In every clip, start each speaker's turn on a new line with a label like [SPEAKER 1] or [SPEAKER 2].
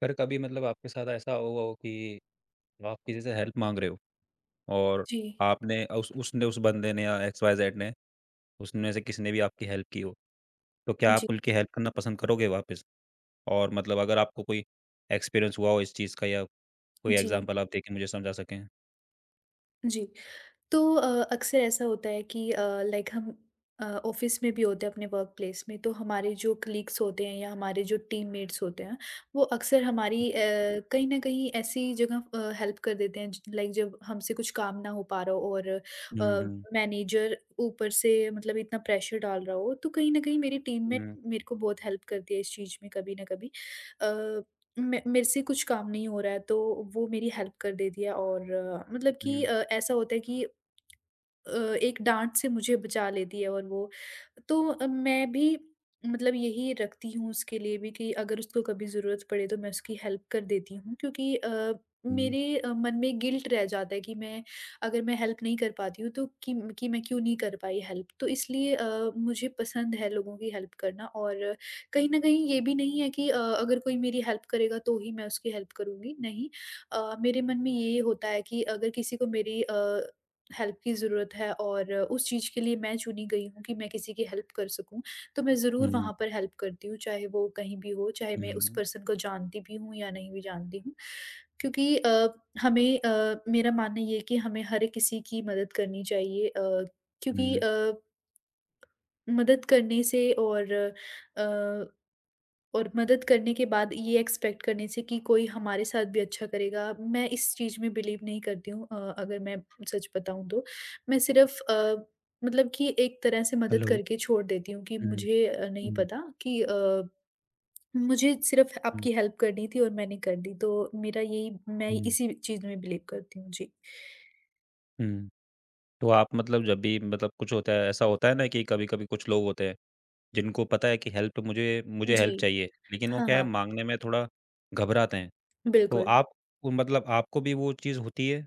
[SPEAKER 1] पर कभी मतलब आपके साथ ऐसा हुआ हो कि आप किसी से हेल्प माँग रहे हो और
[SPEAKER 2] जी,
[SPEAKER 1] आपने उस बंदे ने या एक्स वाई जेड ने, उसमें से किसी ने भी आपकी हेल्प की हो, तो क्या आप
[SPEAKER 2] जी,
[SPEAKER 1] उनकी हेल्प करना पसंद करोगे वापस? और मतलब अगर आपको कोई एक्सपीरियंस हुआ हो इस चीज़ का या कोई
[SPEAKER 2] जी,
[SPEAKER 1] एग्ज़ाम्पल आप देके मुझे समझा सकें?
[SPEAKER 2] जी। तो अक्सर ऐसा होता है कि लाइक हम ऑफिस में भी होते हैं अपने वर्क प्लेस में, तो हमारे जो कलीग्स होते हैं या हमारे जो टीममेट्स होते हैं वो अक्सर हमारी
[SPEAKER 1] हुँ,
[SPEAKER 2] कहीं ना कहीं ऐसी जगह हेल्प कर देते हैं, लाइक जब हमसे कुछ काम ना हो पा रहा हो और
[SPEAKER 1] हुँ, हुँ,
[SPEAKER 2] मैनेजर ऊपर से मतलब इतना प्रेशर डाल रहा हो, तो कहीं ना कहीं मेरी टीममेट
[SPEAKER 1] हुँ,
[SPEAKER 2] मेरे को बहुत हेल्प करती है इस चीज़ में कभी ना कभी। अ, मेरे से कुछ काम नहीं हो रहा है तो वो मेरी हेल्प कर देती है और अ, मतलब कि
[SPEAKER 1] हुँ,
[SPEAKER 2] अ, ऐसा होता है कि अ, एक डाँट से मुझे बचा लेती है और वो। तो मैं भी मतलब यही रखती हूँ उसके लिए भी कि अगर उसको कभी ज़रूरत पड़े तो मैं उसकी हेल्प कर देती हूँ, क्योंकि
[SPEAKER 1] हुँ,
[SPEAKER 2] मेरे मन में गिल्ट रह जाता है कि मैं अगर मैं हेल्प नहीं कर पाती हूँ तो कि मैं क्यों नहीं कर पाई हेल्प, तो इसलिए मुझे पसंद है लोगों की हेल्प करना। और कहीं न कहीं ये भी नहीं है कि अगर कोई मेरी हेल्प करेगा तो ही मैं उसकी हेल्प करूँगी, नहीं। मेरे मन में ये होता है कि अगर किसी को मेरी हेल्प की ज़रूरत है और उस चीज़ के लिए मैं चुनी गई हूँ कि मैं किसी की हेल्प कर सकूँ, तो मैं ज़रूर
[SPEAKER 1] हुँ,
[SPEAKER 2] वहाँ पर हेल्प करती हूँ, चाहे वो कहीं भी हो, चाहे मैं उस
[SPEAKER 1] हुँ,
[SPEAKER 2] पर्सन को जानती भी हूँ या नहीं भी जानती हूँ। क्योंकि हमें मेरा मानना ये है कि हमें हर किसी की मदद करनी चाहिए, क्योंकि
[SPEAKER 1] हुँ,
[SPEAKER 2] मदद करने से और अ, और मदद करने के बाद ये एक्सपेक्ट करने से कि कोई हमारे साथ भी अच्छा करेगा, मैं इस चीज़ में बिलीव नहीं करती हूँ, अगर मैं सच बताऊँ तो। मैं सिर्फ़ मतलब कि एक तरह से मदद
[SPEAKER 1] हेलो,
[SPEAKER 2] करके छोड़ देती हूँ कि
[SPEAKER 1] हुँ,
[SPEAKER 2] मुझे नहीं
[SPEAKER 1] हुँ,
[SPEAKER 2] पता कि मुझे सिर्फ़
[SPEAKER 1] हुँ,
[SPEAKER 2] आपकी हेल्प करनी थी और मैंने कर दी। तो मेरा यही, मैं
[SPEAKER 1] हुँ,
[SPEAKER 2] इसी चीज़ में बिलीव करती हूँ। जी।
[SPEAKER 1] हुँ। तो आप मतलब जब भी मतलब कुछ होता है, ऐसा होता है ना कि कभी-कभी कुछ लोग होते हैं जिनको पता है कि हेल्प मुझे मुझे
[SPEAKER 2] जी।
[SPEAKER 1] हेल्प चाहिए, लेकिन वो
[SPEAKER 2] हाँ,
[SPEAKER 1] क्या है
[SPEAKER 2] हाँ।
[SPEAKER 1] माँगने में थोड़ा घबराते हैं। तो
[SPEAKER 2] बिल्कुल।
[SPEAKER 1] आप मतलब आपको भी वो चीज़ होती है?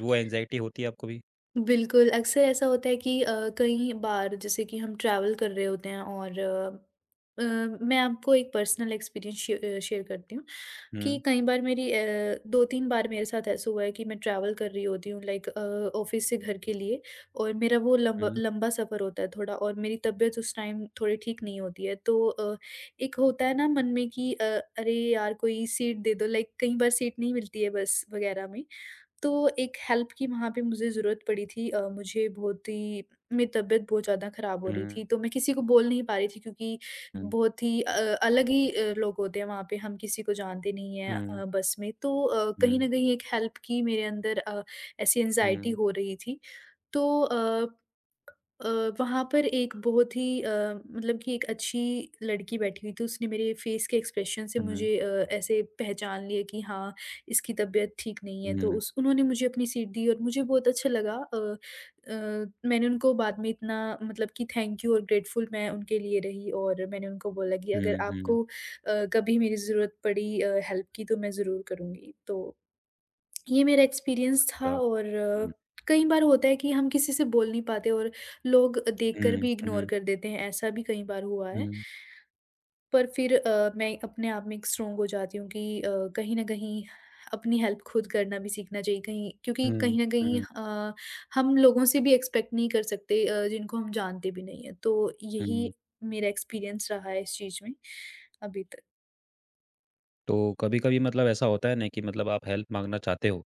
[SPEAKER 1] वो एंग्ज़ायटी होती है आपको भी?
[SPEAKER 2] बिल्कुल, अक्सर ऐसा होता है कि कहीं बार जैसे कि हम ट्रैवल कर रहे होते हैं और अ, मैं आपको एक पर्सनल एक्सपीरियंस शेयर करती हूँ कि
[SPEAKER 1] हुँ,
[SPEAKER 2] कई बार मेरी 2-3 बार मेरे साथ ऐसा हुआ है कि मैं ट्रैवल कर रही होती हूँ लाइक ऑफ़िस से घर के लिए, और मेरा वो लंबा
[SPEAKER 1] हुँ,
[SPEAKER 2] लंबा सफ़र होता है थोड़ा और मेरी तबीयत उस टाइम थोड़ी ठीक नहीं होती है। तो एक होता है ना मन में कि "अरे यार! कोई सीट दे दो।" लाइक कई बार सीट नहीं मिलती है बस वग़ैरह में। तो एक हेल्प की वहाँ पे मुझे ज़रूरत पड़ी थी। मुझे बहुत ही, मेरी तबीयत बहुत ज़्यादा ख़राब हो
[SPEAKER 1] हुँ,
[SPEAKER 2] रही थी, तो मैं किसी को बोल नहीं पा रही थी, क्योंकि
[SPEAKER 1] हुँ,
[SPEAKER 2] बहुत ही अलग ही लोग होते हैं वहाँ पे, हम किसी को जानते नहीं हैं
[SPEAKER 1] हुँ,
[SPEAKER 2] बस में। तो कहीं
[SPEAKER 1] हुँ,
[SPEAKER 2] न कहीं एक हेल्प की मेरे अंदर ऐसी एंग्ज़ायटी
[SPEAKER 1] हुँ,
[SPEAKER 2] हो रही थी। तो अ, वहाँ पर एक बहुत ही मतलब कि एक अच्छी लड़की बैठी हुई थी, उसने मेरे फ़ेस के एक्सप्रेशन से
[SPEAKER 1] हुँ,
[SPEAKER 2] मुझे ऐसे पहचान लिया कि हाँ, इसकी तबीयत ठीक नहीं है, तो
[SPEAKER 1] हुँ,
[SPEAKER 2] उस उन्होंने मुझे अपनी सीट दी और मुझे बहुत अच्छा लगा। अ, मैंने उनको बाद में इतना मतलब कि थैंक यू, और ग्रेटफुल मैं उनके लिए रही, और मैंने उनको बोला कि अगर
[SPEAKER 1] हुँ, हुँ।
[SPEAKER 2] आपको कभी मेरी ज़रूरत पड़ी हेल्प की, तो मैं ज़रूर करूँगी। तो ये मेरा एक्सपीरियंस था।
[SPEAKER 1] अच्छा,
[SPEAKER 2] और
[SPEAKER 1] हुँ,
[SPEAKER 2] कई बार होता है कि हम किसी से बोल नहीं पाते, और लोग देखकर
[SPEAKER 1] हुँ,
[SPEAKER 2] भी इग्नोर
[SPEAKER 1] हुँ,
[SPEAKER 2] कर देते हैं, ऐसा भी कई बार हुआ है।
[SPEAKER 1] हुँ,
[SPEAKER 2] पर फिर मैं अपने आप में एक स्ट्रॉन्ग हो जाती हूँ कि कहीं न कहीं अपनी हेल्प खुद करना भी सीखना चाहिए कहीं, क्योंकि
[SPEAKER 1] हुँ,
[SPEAKER 2] कहीं न कहीं
[SPEAKER 1] हुँ,
[SPEAKER 2] हम लोगों से भी एक्सपेक्ट नहीं कर सकते जिनको हम जानते भी नहीं हैं। तो यही
[SPEAKER 1] हुँ।
[SPEAKER 2] मेरा एक्सपीरियंस रहा है इस चीज़ में अभी तक।
[SPEAKER 1] तो कभी-कभी मतलब ऐसा होता है ना कि मतलब आप हेल्प माँगना चाहते हो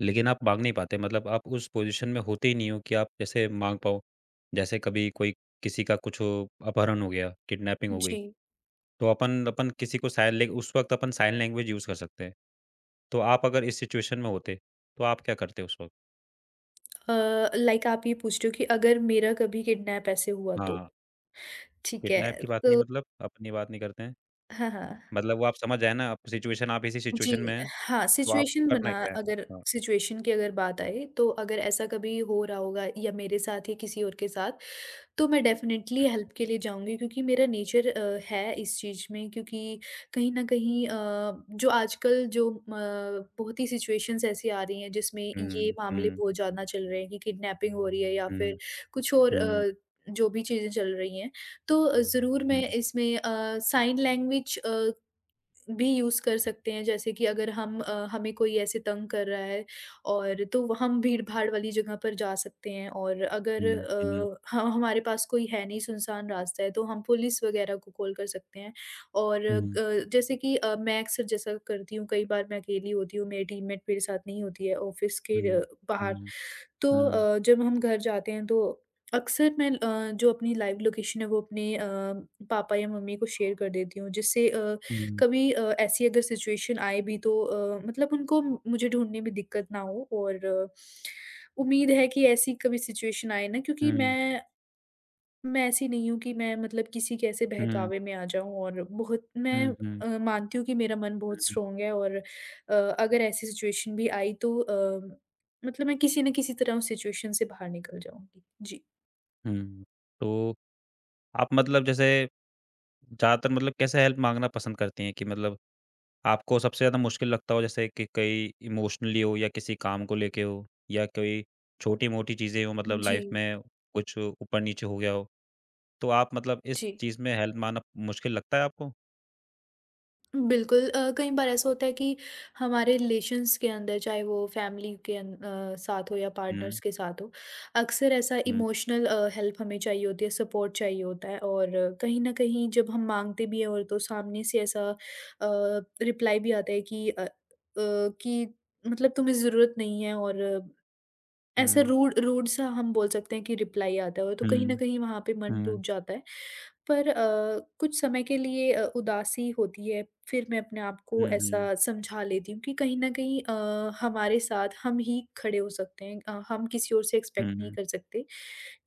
[SPEAKER 1] लेकिन आप माँग नहीं पाते मतलब आप उस पोज़ीशन में होते ही नहीं हो कि आप जैसे माँग पाओ। जैसे कभी कोई किसी का कुछ हो, अपहरण हो गया, किडनैपिंग हो गई,
[SPEAKER 2] जी।
[SPEAKER 1] तो अपन अपन किसी को साइन लैंग उस वक़्त अपन साइन लैंग्वेज यूज़ कर सकते हैं। तो आप अगर इस सिचुएशन में होते, तो आप क्या करते उस वक़्त?
[SPEAKER 2] अ, लाइक आप ये पूछ रहे हो कि अगर मेरा कभी किडनैप ऐसे हुआ तो?
[SPEAKER 1] हाँ,
[SPEAKER 2] ठीक है।
[SPEAKER 1] किडनैप की बात नहीं
[SPEAKER 2] तो
[SPEAKER 1] मतलब अपनी बात नहीं करते हैं।
[SPEAKER 2] हाँ, हाँ।
[SPEAKER 1] मतलब वो आप समझ आए ना, आप सिचुएशन आप इसी
[SPEAKER 2] जी,
[SPEAKER 1] सिचुएशन में हैं,
[SPEAKER 2] हाँ,
[SPEAKER 1] तो आपको
[SPEAKER 2] सिचुएशन
[SPEAKER 1] करना
[SPEAKER 2] बना
[SPEAKER 1] क्या है?
[SPEAKER 2] अगर
[SPEAKER 1] हाँ।
[SPEAKER 2] सिचुएशन की अगर बात आए, तो अगर ऐसा कभी हो रहा होगा या मेरे साथ या किसी और के साथ, तो मैं डेफ़िनेटली हेल्प के लिए जाऊँगी, क्योंकि मेरा नेचर है इस चीज़ में। क्योंकि कहीं न कहीं जो आजकल जो म बहुत ही सिचुएशंस ऐसी आ रही हैं जिसमें ये
[SPEAKER 1] हुँ,
[SPEAKER 2] मामले
[SPEAKER 1] हुँ,
[SPEAKER 2] बहुत ज़्यादा चल रहे हैं कि किडनैपिंग हो रही है या फिर
[SPEAKER 1] हुँ,
[SPEAKER 2] कुछ और,
[SPEAKER 1] हुँ,
[SPEAKER 2] जो भी चीज़ें चल रही हैं, तो ज़रूर
[SPEAKER 1] हुँ,
[SPEAKER 2] मैं इसमें साइन लैंग्वेज भी यूज़ कर सकते हैं। जैसे कि अगर हम हमें कोई ऐसे तंग कर रहा है, और तो वह हम भीड़-भाड़ वाली जगह पर जा सकते हैं, और अगर
[SPEAKER 1] हुँ, हुँ, हुँ,
[SPEAKER 2] ह हमारे पास कोई है नहीं, सुनसान रास्ता है, तो हम पुलिस वगैरह को कॉल कर सकते हैं। और
[SPEAKER 1] हुँ,
[SPEAKER 2] जैसे कि मैं अक्सर जैसा करती हूँ, कई बार मैं अकेली होती हूँ, मेरी टीममेट मेरे साथ नहीं होती है ऑफ़िस के
[SPEAKER 1] हुँ,
[SPEAKER 2] बाहर।
[SPEAKER 1] हुँ,
[SPEAKER 2] तो
[SPEAKER 1] हुँ,
[SPEAKER 2] जब हम घर जाते हैं, तो अक्सर मैं जो अपनी लाइव लोकेशन है वो अपने पापा या मम्मी को शेयर कर देती हूँ, जिससे
[SPEAKER 1] हुँ।
[SPEAKER 2] कभी ऐसी अगर सिचुएशन आए भी, तो मतलब उनको मुझे ढूँढने में दिक्कत ना हो। और उम्मीद है कि ऐसी कभी सिचुएशन आए ना, क्योंकि
[SPEAKER 1] हुँ,
[SPEAKER 2] मैं ऐसी नहीं हूँ कि मैं मतलब किसी के ऐसे
[SPEAKER 1] हुँ,
[SPEAKER 2] बहकावे में आ जाऊँ, और बहुत मैं
[SPEAKER 1] हुँ, हुँ,
[SPEAKER 2] मानती हूँ कि मेरा मन बहुत
[SPEAKER 1] हुँ,
[SPEAKER 2] स्ट्रॉन्ग है। और अगर ऐसी सिचुएशन भी आई, तो मतलब मैं किसी न किसी तरह उस सिचुएशन से बाहर निकल जाऊँगी। जी।
[SPEAKER 1] हुँ। तो आप मतलब जैसे ज़्यादातर मतलब कैसे हेल्प माँगना पसंद करती हैं कि मतलब आपको सबसे ज़्यादा मुश्किल लगता हो जैसे कि कहीं इमोशनली हो या किसी काम को लेके हो या कोई छोटी-मोटी चीज़ें हो मतलब
[SPEAKER 2] जी,
[SPEAKER 1] लाइफ में कुछ ऊपर-नीचे हो गया हो, तो आप मतलब इस
[SPEAKER 2] जी।
[SPEAKER 1] चीज़ में हेल्प माँगना मुश्किल लगता है आपको?
[SPEAKER 2] बिल्कुल कई बार ऐसा होता है कि हमारे रिलेशंस के अंदर, चाहे वो फैमिली के साथ हो या
[SPEAKER 1] हुँ,
[SPEAKER 2] पार्टनर्स के साथ हो, अक्सर ऐसा
[SPEAKER 1] हुँ,
[SPEAKER 2] इमोशनल हेल्प हमें चाहिए होती है, सपोर्ट चाहिए होता है। और कहीं ना कहीं जब हम मांगते भी हैं, और तो सामने से ऐसा रिप्लाई भी आता है कि कि मतलब तुम्हें ज़रूरत नहीं है, और ऐसे
[SPEAKER 1] हुँ,
[SPEAKER 2] रूड रूड सा हम बोल सकते हैं कि रिप्लाई आता है, और तो कहीं
[SPEAKER 1] हुँ,
[SPEAKER 2] न कहीं वहाँ पे मन टूट
[SPEAKER 1] हुँ,
[SPEAKER 2] जाता है। पर कुछ समय के लिए उदासी होती है, फिर मैं अपने आप को
[SPEAKER 1] हुँ, हुँ,
[SPEAKER 2] ऐसा समझा लेती हूँ कि कहीं न कहीं हमारे साथ हम ही खड़े हो सकते हैं। हम किसी और से एक्सपेक्ट नहीं
[SPEAKER 1] हुँ,
[SPEAKER 2] कर सकते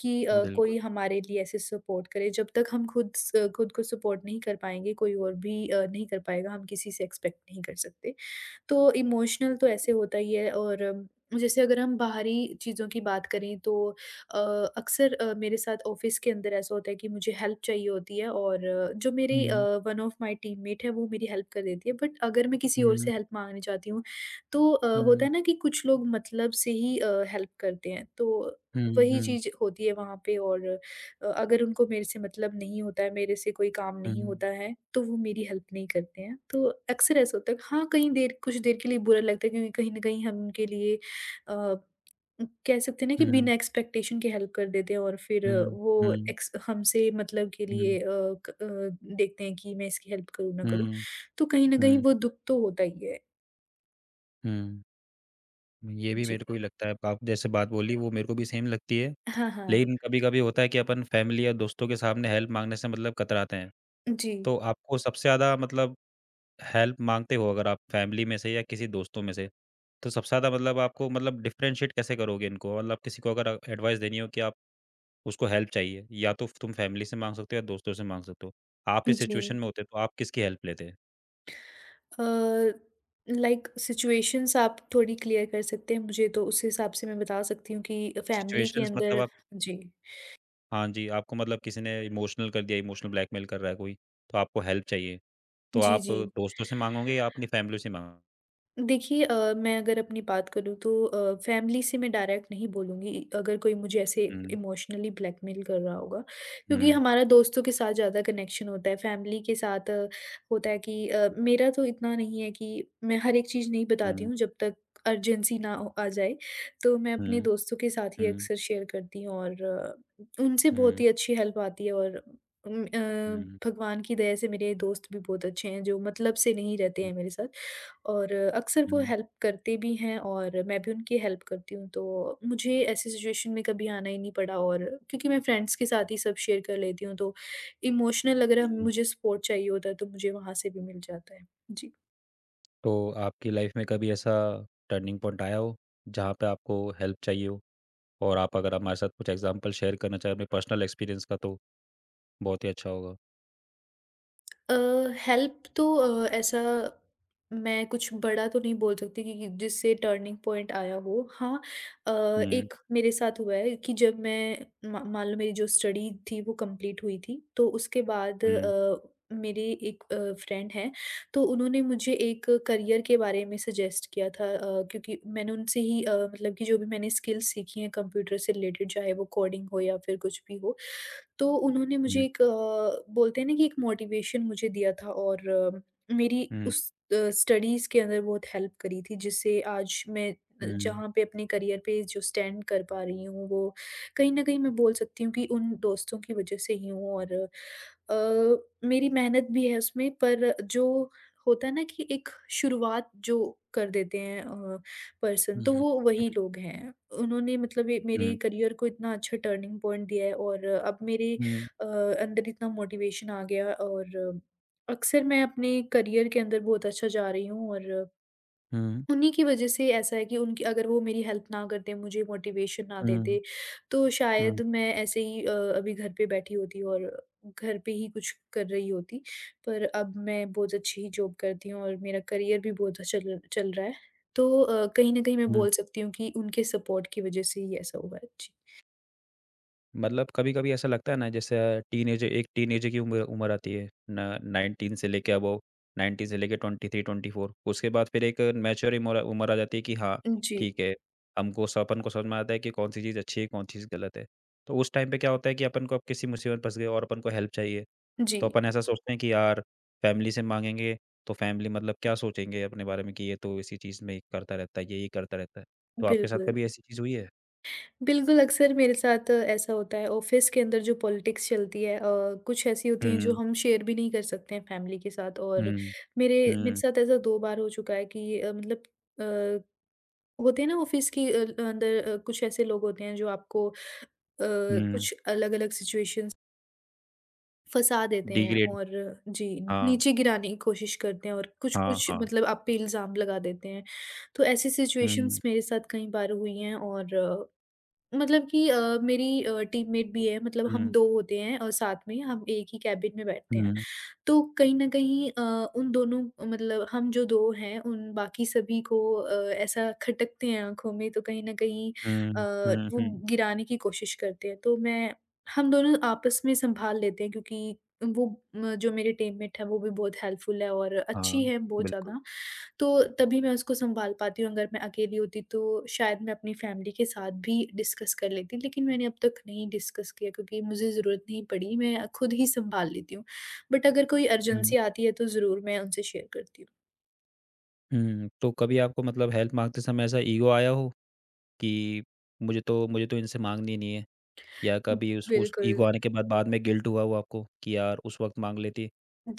[SPEAKER 2] कि कोई
[SPEAKER 1] बिल्कुल।
[SPEAKER 2] हमारे लिए ऐसे सपोर्ट करे। जब तक हम खुद स खुद को सपोर्ट नहीं कर पाएँगे, कोई और भी नहीं कर पाएगा, हम किसी से एक्सपेक्ट नहीं कर सकते। तो इमोशनल तो ऐसे होता ही है। और जैसे अगर हम बाहरी चीज़ों की बात करें, तो अ, अक्सर मेरे साथ ऑफ़िस के अंदर ऐसा होता है कि मुझे हेल्प चाहिए होती है, और जो मेरी
[SPEAKER 1] हुँ,
[SPEAKER 2] वन ऑफ़ माय टीममेट है वो मेरी हेल्प कर देती है, बट अगर मैं किसी
[SPEAKER 1] हुँ,
[SPEAKER 2] और
[SPEAKER 1] हुँ,
[SPEAKER 2] से हेल्प माँगने जाती हूँ, तो होता
[SPEAKER 1] हुँ,
[SPEAKER 2] है ना कि कुछ लोग मतलब से ही हेल्प करते हैं, तो वही
[SPEAKER 1] हुँ,
[SPEAKER 2] चीज़ होती है वहाँ पे। और अगर उनको मेरे से मतलब नहीं होता है, मेरे से कोई काम
[SPEAKER 1] हुँ,
[SPEAKER 2] नहीं होता है, तो वो मेरी हेल्प नहीं करते हैं। तो अक्सर ऐसा होता है। हाँ, कहीं देर कुछ देर के लिए बुरा लगता है, क्योंकि कहीं न कहीं हम उनके लिए कह सकते हैं ना कि
[SPEAKER 1] हुँ।
[SPEAKER 2] बिना एक्सपेक्टेशन के हेल्प कर देते हैं, और फिर
[SPEAKER 1] हुँ,
[SPEAKER 2] वो
[SPEAKER 1] हुँ,
[SPEAKER 2] एक्स हमसे मतलब के
[SPEAKER 1] हुँ,
[SPEAKER 2] लिए देखते हैं कि मैं इसकी हेल्प करूँ ना करूँ।
[SPEAKER 1] हुँ,
[SPEAKER 2] तो कहीं न कहीं
[SPEAKER 1] हुँ,
[SPEAKER 2] वो दुःख तो होता ही है।
[SPEAKER 1] हुँ। ये भी
[SPEAKER 2] जी।
[SPEAKER 1] मेरे को ही लगता है, आप जैसे बात बोली वो मेरे को भी सेम लगती है।
[SPEAKER 2] हाँ, हाँ।
[SPEAKER 1] लेकिन कभी-कभी होता है कि अपन फैमिली या दोस्तों के सामने हेल्प माँगने से मतलब कतराते हैं।
[SPEAKER 2] जी।
[SPEAKER 1] तो आपको सबसे ज़्यादा मतलब हेल्प माँगते हो अगर आप फैमिली में से या किसी दोस्तों में से, तो सबसे ज़्यादा मतलब आपको मतलब डिफरेंशिएट कैसे करोगे इनको? मतलब किसी को अगर एडवाइस देनी हो कि आप उसको हेल्प चाहिए, या तो तुम फैमिली से माँग सकते हो या दोस्तों से माँग सकते हो। आप इस
[SPEAKER 2] जी।
[SPEAKER 1] सिचुएशन में होते तो आप किसकी हेल्प लेते?
[SPEAKER 2] अ, लाइक सिचुएशंस आप थोड़ी क्लियर कर सकते हैं मुझे, तो उस हिसाब से मैं बता सकती हूँ कि फैमिली के
[SPEAKER 1] सिचुएशंस मतलब
[SPEAKER 2] अंदर।
[SPEAKER 1] आप
[SPEAKER 2] जी।
[SPEAKER 1] हाँ जी, आपको मतलब किसी ने इमोशनल कर दिया, इमोशनल ब्लैकमेल कर रहा है कोई, तो आपको हेल्प चाहिए। तो
[SPEAKER 2] जी,
[SPEAKER 1] आप
[SPEAKER 2] जी।
[SPEAKER 1] दोस्तों से माँगोगे या अपनी फैमिली से माँग
[SPEAKER 2] देखिए मैं अगर अपनी बात करूँ, तो फैमिली से मैं डायरेक्ट नहीं बोलूँगी अगर कोई मुझे ऐसे
[SPEAKER 1] हुँ,
[SPEAKER 2] इमोशनली ब्लैकमेल कर रहा होगा, क्योंकि
[SPEAKER 1] हुँ,
[SPEAKER 2] हमारा दोस्तों के साथ ज़्यादा कनेक्शन होता है, फैमिली के साथ होता है कि मेरा तो इतना नहीं है कि मैं हर एक चीज़ नहीं बताती
[SPEAKER 1] हुँ,
[SPEAKER 2] हूँ जब तक अर्जेंसी ना आ जाए, तो मैं
[SPEAKER 1] हुँ,
[SPEAKER 2] अपने
[SPEAKER 1] हुँ,
[SPEAKER 2] दोस्तों के साथ ही
[SPEAKER 1] हुँ,
[SPEAKER 2] अक्सर शेयर करती हूँ। और उनसे बहुत
[SPEAKER 1] हुँ,
[SPEAKER 2] ही अच्छी हेल्प आती है। और उम, अ,
[SPEAKER 1] हुँ,
[SPEAKER 2] भगवान की दया से मेरे दोस्त भी बहुत अच्छे हैं जो मतलब से नहीं रहते हैं मेरे साथ, और अक्सर वो
[SPEAKER 1] हुँ,
[SPEAKER 2] हेल्प करते भी हैं, और मैं भी उनकी हेल्प करती हूँ, तो मुझे ऐसी सिचुएशन में कभी आना ही नहीं पड़ा। और क्योंकि मैं फ्रेंड्स के साथ ही सब शेयर कर लेती हूँ, तो इमोशनल अगर
[SPEAKER 1] हुँ।
[SPEAKER 2] मुझे सपोर्ट चाहिए होता है, तो मुझे वहाँ से भी मिल जाता है। जी।
[SPEAKER 1] तो आपकी लाइफ़ में कभी ऐसा टर्निंग पॉइंट आया हो, जहाँ पे आपको हेल्प चाहिए हो? और आप अगर हमारे साथ कुछ एग्ज़ाम्पल शेयर करना चाहें अपने पर्सनल एक्सपीरियंस का तो बहुत ही अच्छा होगा।
[SPEAKER 2] अ, हेल्प तो ऐसा मैं कुछ बड़ा तो नहीं बोल सकती कि जिससे टर्निंग पॉइंट आया हो। हाँ, अ,
[SPEAKER 1] हुँ,
[SPEAKER 2] एक मेरे साथ हुआ है कि जब मैं मा मान लो मेरी जो स्टडी थी वो कंप्लीट हुई थी, तो उसके बाद
[SPEAKER 1] हुँ,
[SPEAKER 2] मेरे एक फ्रेंड हैं, तो उन्होंने मुझे एक करियर के बारे में सजेस्ट किया था। क्योंकि मैंने उनसे ही मतलब कि जो भी मैंने स्किल्स सीखी हैं कंप्यूटर से रिलेटेड, चाहे वो कोडिंग हो या फिर कुछ भी हो, तो उन्होंने
[SPEAKER 1] हुँ,
[SPEAKER 2] मुझे एक बोलते हैं ना कि एक मोटिवेशन मुझे दिया था और मेरी
[SPEAKER 1] हुँ,
[SPEAKER 2] उस स्टडीज़ के अंदर बहुत हेल्प करी थी जिससे आज मैं
[SPEAKER 1] हुँ, हुँ,
[SPEAKER 2] जहाँ पे अपने करियर पे जो स्टैंड कर पा रही हूँ वो कहीं न कहीं मैं बोल सकती हूँ कि उन दोस्तों की वजह से ही हूँ। और मेरी मेहनत भी है उसमें, पर जो होता है ना कि एक शुरुआत जो कर देते हैं पर्सन,
[SPEAKER 1] हुँ,
[SPEAKER 2] तो वो वही लोग हैं। उन्होंने मतलब ये
[SPEAKER 1] हुँ,
[SPEAKER 2] मेरे
[SPEAKER 1] हुँ,
[SPEAKER 2] करियर को इतना अच्छा टर्निंग पॉइंट दिया है और अब मेरे
[SPEAKER 1] हुँ,
[SPEAKER 2] अंदर इतना मोटिवेशन आ गया और अक्सर मैं अपने करियर के अंदर बहुत अच्छा जा रही हूँ और
[SPEAKER 1] हुँ,
[SPEAKER 2] उन्हीं की वजह से ऐसा है कि उनकी अगर वो मेरी हेल्प ना करते, मुझे मोटिवेशन ना
[SPEAKER 1] हुँ,
[SPEAKER 2] देते, तो
[SPEAKER 1] हुँ,
[SPEAKER 2] शायद मैं ऐसे ही अभी घर पे बैठी होती और घर पे ही कुछ कर रही होती। पर अब मैं बहुत अच्छी ही जॉब करती हूँ और मेरा करियर भी बहुत अच्छा चल चल रहा है। तो कहीं न कहीं मैं
[SPEAKER 1] हुँ।
[SPEAKER 2] बोल सकती हूँ कि उनके सपोर्ट की वजह से ही ऐसा हुआ है। जी।
[SPEAKER 1] मतलब कभी-कभी ऐसा लगता है ना जैसे टीनेज की उम्र उम्र आती है ना 19 से लेके अबव 19 से लेके 23-24 उसके बाद फिर एक मैच्योर इमोर उम्र आ जाती है कि हाँ,
[SPEAKER 2] जी।
[SPEAKER 1] ठीक है, हमको स अपन को समझ में आता है कि कौन-सी चीज़ अच्छी है, कौन-सी चीज़ गलत है। तो उस टाइम पे क्या होता है कि अपन को अब किसी मुसीबत में फँस गए और अपन को हेल्प चाहिए।
[SPEAKER 2] जी,
[SPEAKER 1] तो अपन ऐसा सोचते हैं कि यार फैमिली से माँगेंगे, तो फैमिली मतलब क्या सोचेंगे अपने बारे में कि ये तो इसी चीज़ में ये करता रहता है, ये करता रहता है। तो आपके साथ
[SPEAKER 2] बिल्कुल।
[SPEAKER 1] कभी ऐसी चीज़ हुई है?
[SPEAKER 2] बिल्कुल, अक्सर मेरे साथ ऐसा होता है ऑफ़िस के अंदर जो पॉलिटिक्स चलती है। कुछ ऐसी होती हैं जो
[SPEAKER 1] हुँ,
[SPEAKER 2] हम शेयर भी नहीं कर सकते हैं फैमिली के साथ। और
[SPEAKER 1] हुँ,
[SPEAKER 2] मेरे मेरे
[SPEAKER 1] हुँ,
[SPEAKER 2] साथ ऐसा 2 बार हो चुका है कि मतलब अ, होते हैं ना ऑफ़िस की अंदर कुछ ऐसे लोग होते हैं जो आपको
[SPEAKER 1] हुँ।
[SPEAKER 2] कुछ अलग-अलग सिचुएशंस फँसा देते हैं
[SPEAKER 1] डिग्रेड
[SPEAKER 2] और जी,
[SPEAKER 1] हाँ,
[SPEAKER 2] नीचे गिराने की कोशिश करते हैं और
[SPEAKER 1] हाँ,
[SPEAKER 2] कुछ-कुछ
[SPEAKER 1] हाँ।
[SPEAKER 2] मतलब आप पे इल्ज़ाम लगा देते हैं। तो ऐसी
[SPEAKER 1] हुँ,
[SPEAKER 2] सिचुएशंस मेरे साथ कई बार हुई हैं। और मतलब कि मेरी टीममेट भी है, मतलब हम
[SPEAKER 1] हुँ,
[SPEAKER 2] 2 होते हैं और साथ में हम एक ही कैबिन में बैठते हैं।
[SPEAKER 1] हुँ,
[SPEAKER 2] तो कहीं न कहीं उन दोनों मतलब हम जो 2 हैं उन बाकी सभी को ऐसा खटकते हैं आँखों में, तो कहीं न कहीं अ,
[SPEAKER 1] हुँ, हुँ,
[SPEAKER 2] वो
[SPEAKER 1] हुँ।
[SPEAKER 2] गिराने की कोशिश करते हैं। तो मैं हम दोनों आपस में संभाल लेते हैं क्योंकि वो म जो मेरी टीममेट है वो भी बहुत हेल्पफुल है और
[SPEAKER 1] हाँ,
[SPEAKER 2] अच्छी है बहुत
[SPEAKER 1] बिल्कुल।
[SPEAKER 2] ज़्यादा। तो तभी मैं उसको सँभाल पाती हूँ, अगर मैं अकेली होती तो शायद मैं अपनी फ़ैमिली के साथ भी डिस्कस कर लेती, लेकिन मैंने अब तक नहीं डिस्कस किया क्योंकि मुझे ज़रूरत नहीं पड़ी, मैं खुद ही सँभाल लेती हूँ। बट अगर कोई
[SPEAKER 1] हुँ,
[SPEAKER 2] अर्जेंसी आती है तो ज़रूर मैं उनसे शेयर करती
[SPEAKER 1] हुँ, तो कभी आपको मतलब हेल्प माँगते समय ऐसा ईगो आया हो कि मुझे तो इनसे माँगनी नहीं है? या
[SPEAKER 2] हूँ।
[SPEAKER 1] कभी उस ईगो
[SPEAKER 2] बिल्कुल,
[SPEAKER 1] आने के बाद बाद में गिल्ट हुआ हो आपको कि यार उस वक़्त माँग लेती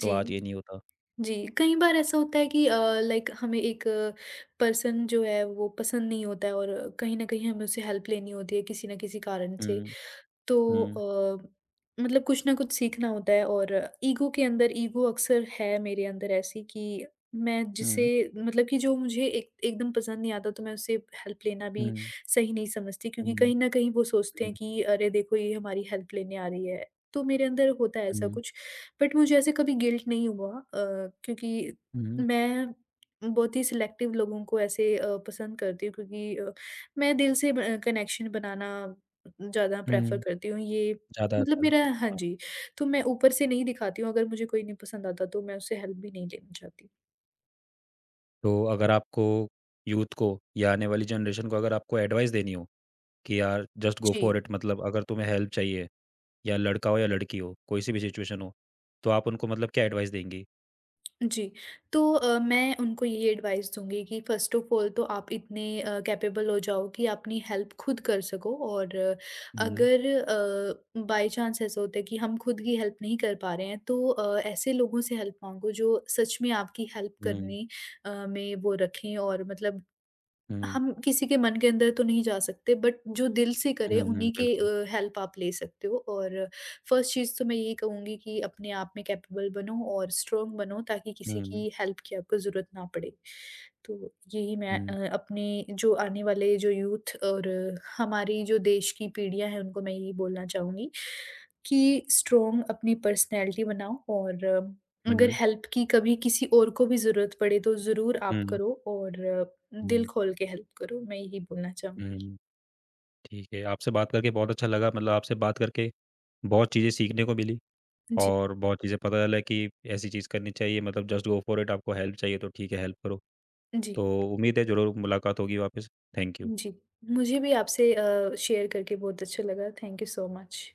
[SPEAKER 1] तो आज ये नहीं होता?
[SPEAKER 2] जी। कई बार ऐसा होता है कि लाइक हमें एक पर्सन जो है वो पसंद नहीं होता है और कहीं न कहीं हमें उससे हेल्प लेनी होती है किसी न किसी कारण से।
[SPEAKER 1] हुँ,
[SPEAKER 2] तो
[SPEAKER 1] हुँ,
[SPEAKER 2] मतलब कुछ ना कुछ सीखना होता है और ईगो के अंदर ईगो अक्सर है मेरे अंदर ऐसी कि मैं जिसे
[SPEAKER 1] हुँ,
[SPEAKER 2] मतलब कि जो मुझे एक एकदम पसंद नहीं आता तो मैं उससे हेल्प लेना
[SPEAKER 1] हुँ,
[SPEAKER 2] भी सही नहीं समझती क्योंकि
[SPEAKER 1] हुँ,
[SPEAKER 2] कहीं न कहीं वो सोचते
[SPEAKER 1] हुँ,
[SPEAKER 2] हैं कि अरे देखो ये हमारी हेल्प लेने आ रही है। तो मेरे अंदर होता है ऐसा
[SPEAKER 1] हुँ,
[SPEAKER 2] कुछ, बट मुझे ऐसे कभी गिल्ट नहीं हुआ क्योंकि
[SPEAKER 1] हुँ,
[SPEAKER 2] मैं बहुत ही सिलेक्टिव लोगों को ऐसे पसंद करती हूँ, क्योंकि मैं दिल से ब कनेक्शन बनाना ज़्यादा प्रेफ़र
[SPEAKER 1] हुँ,
[SPEAKER 2] करती हूँ, ये
[SPEAKER 1] ज़्यादा
[SPEAKER 2] मतलब
[SPEAKER 1] अच्छा
[SPEAKER 2] मेरा।
[SPEAKER 1] लगता
[SPEAKER 2] हाँ
[SPEAKER 1] है। हाँ,
[SPEAKER 2] जी, तो मैं ऊपर से नहीं दिखाती हूँ, अगर मुझे कोई नहीं पसंद आता तो मैं उससे हेल्प भी नहीं लेना चाहती।
[SPEAKER 1] तो अगर आपको यूथ को या आने वाली जनरेशन को अगर आपको एडवाइस देनी हो कि यार जस्ट गो फॉर
[SPEAKER 2] जी,
[SPEAKER 1] इट मतलब अगर तुम्हें हेल्प चाहिए या लड़का हो या लड़की हो, कोई सी भी सिचुएशन हो, तो आप उनको मतलब क्या एडवाइस देंगी?
[SPEAKER 2] जी। तो मैं उनको ये एडवाइस दूँगी कि फ़र्स्ट ऑफ़ ऑल तो आप इतने कैपेबल हो जाओ कि अपनी हेल्प खुद कर सको, और अगर अ,
[SPEAKER 1] हुँ,
[SPEAKER 2] अगर बाय चांस ऐसा होता है कि हम खुद की हेल्प नहीं कर पा रहे हैं तो ऐसे लोगों से हेल्प माँगो जो सच में आपकी हेल्प
[SPEAKER 1] हुँ,
[SPEAKER 2] करने में वो रखें, और मतलब
[SPEAKER 1] हुँ,
[SPEAKER 2] हम किसी के मन के अंदर तो नहीं जा सकते, बट जो दिल से करे
[SPEAKER 1] हुँ, हुँ,
[SPEAKER 2] उन्हीं के
[SPEAKER 1] बिल्कुल।
[SPEAKER 2] हेल्प आप ले सकते हो। और फर्स्ट चीज़ तो मैं यही कहूँगी कि अपने आप में कैपेबल बनो और स्ट्रोंग बनो ताकि किसी
[SPEAKER 1] हुँ, हुँ,
[SPEAKER 2] की हेल्प की आपको ज़रूरत ना पड़े। तो यही मैं अपने जो आने वाले जो यूथ और हमारी जो देश की पीढ़ियाँ हैं उनको मैं यही बोलना चाहूँगी कि स्ट्रोंग अपनी पर्सनैलिटी बनाओ, और अगर
[SPEAKER 1] हुँ,
[SPEAKER 2] हेल्प की कभी किसी और को भी ज़रूरत पड़े तो ज़रूर आप
[SPEAKER 1] हुँ,
[SPEAKER 2] करो और दिल
[SPEAKER 1] हुँ,
[SPEAKER 2] खोल के हेल्प करो, मैं यही बोलना चाहूँगी।
[SPEAKER 1] हुँ, ठीक है। आपसे बात करके बहुत अच्छा लगा मतलब आपसे बात करके बहुत चीज़ें सीखने को मिली
[SPEAKER 2] जी,
[SPEAKER 1] और बहुत चीज़ें पता चला कि ऐसी चीज़ करनी चाहिए मतलब जस्ट गो फॉर इट आपको हेल्प चाहिए तो ठीक है हेल्प करो।
[SPEAKER 2] जी,
[SPEAKER 1] तो उम्मीद है ज़रूर मुलाकात होगी वापस। Thank you.
[SPEAKER 2] जी। मुझे भी आपसे शेयर करके बहुत अच्छा लगा। Thank you so much.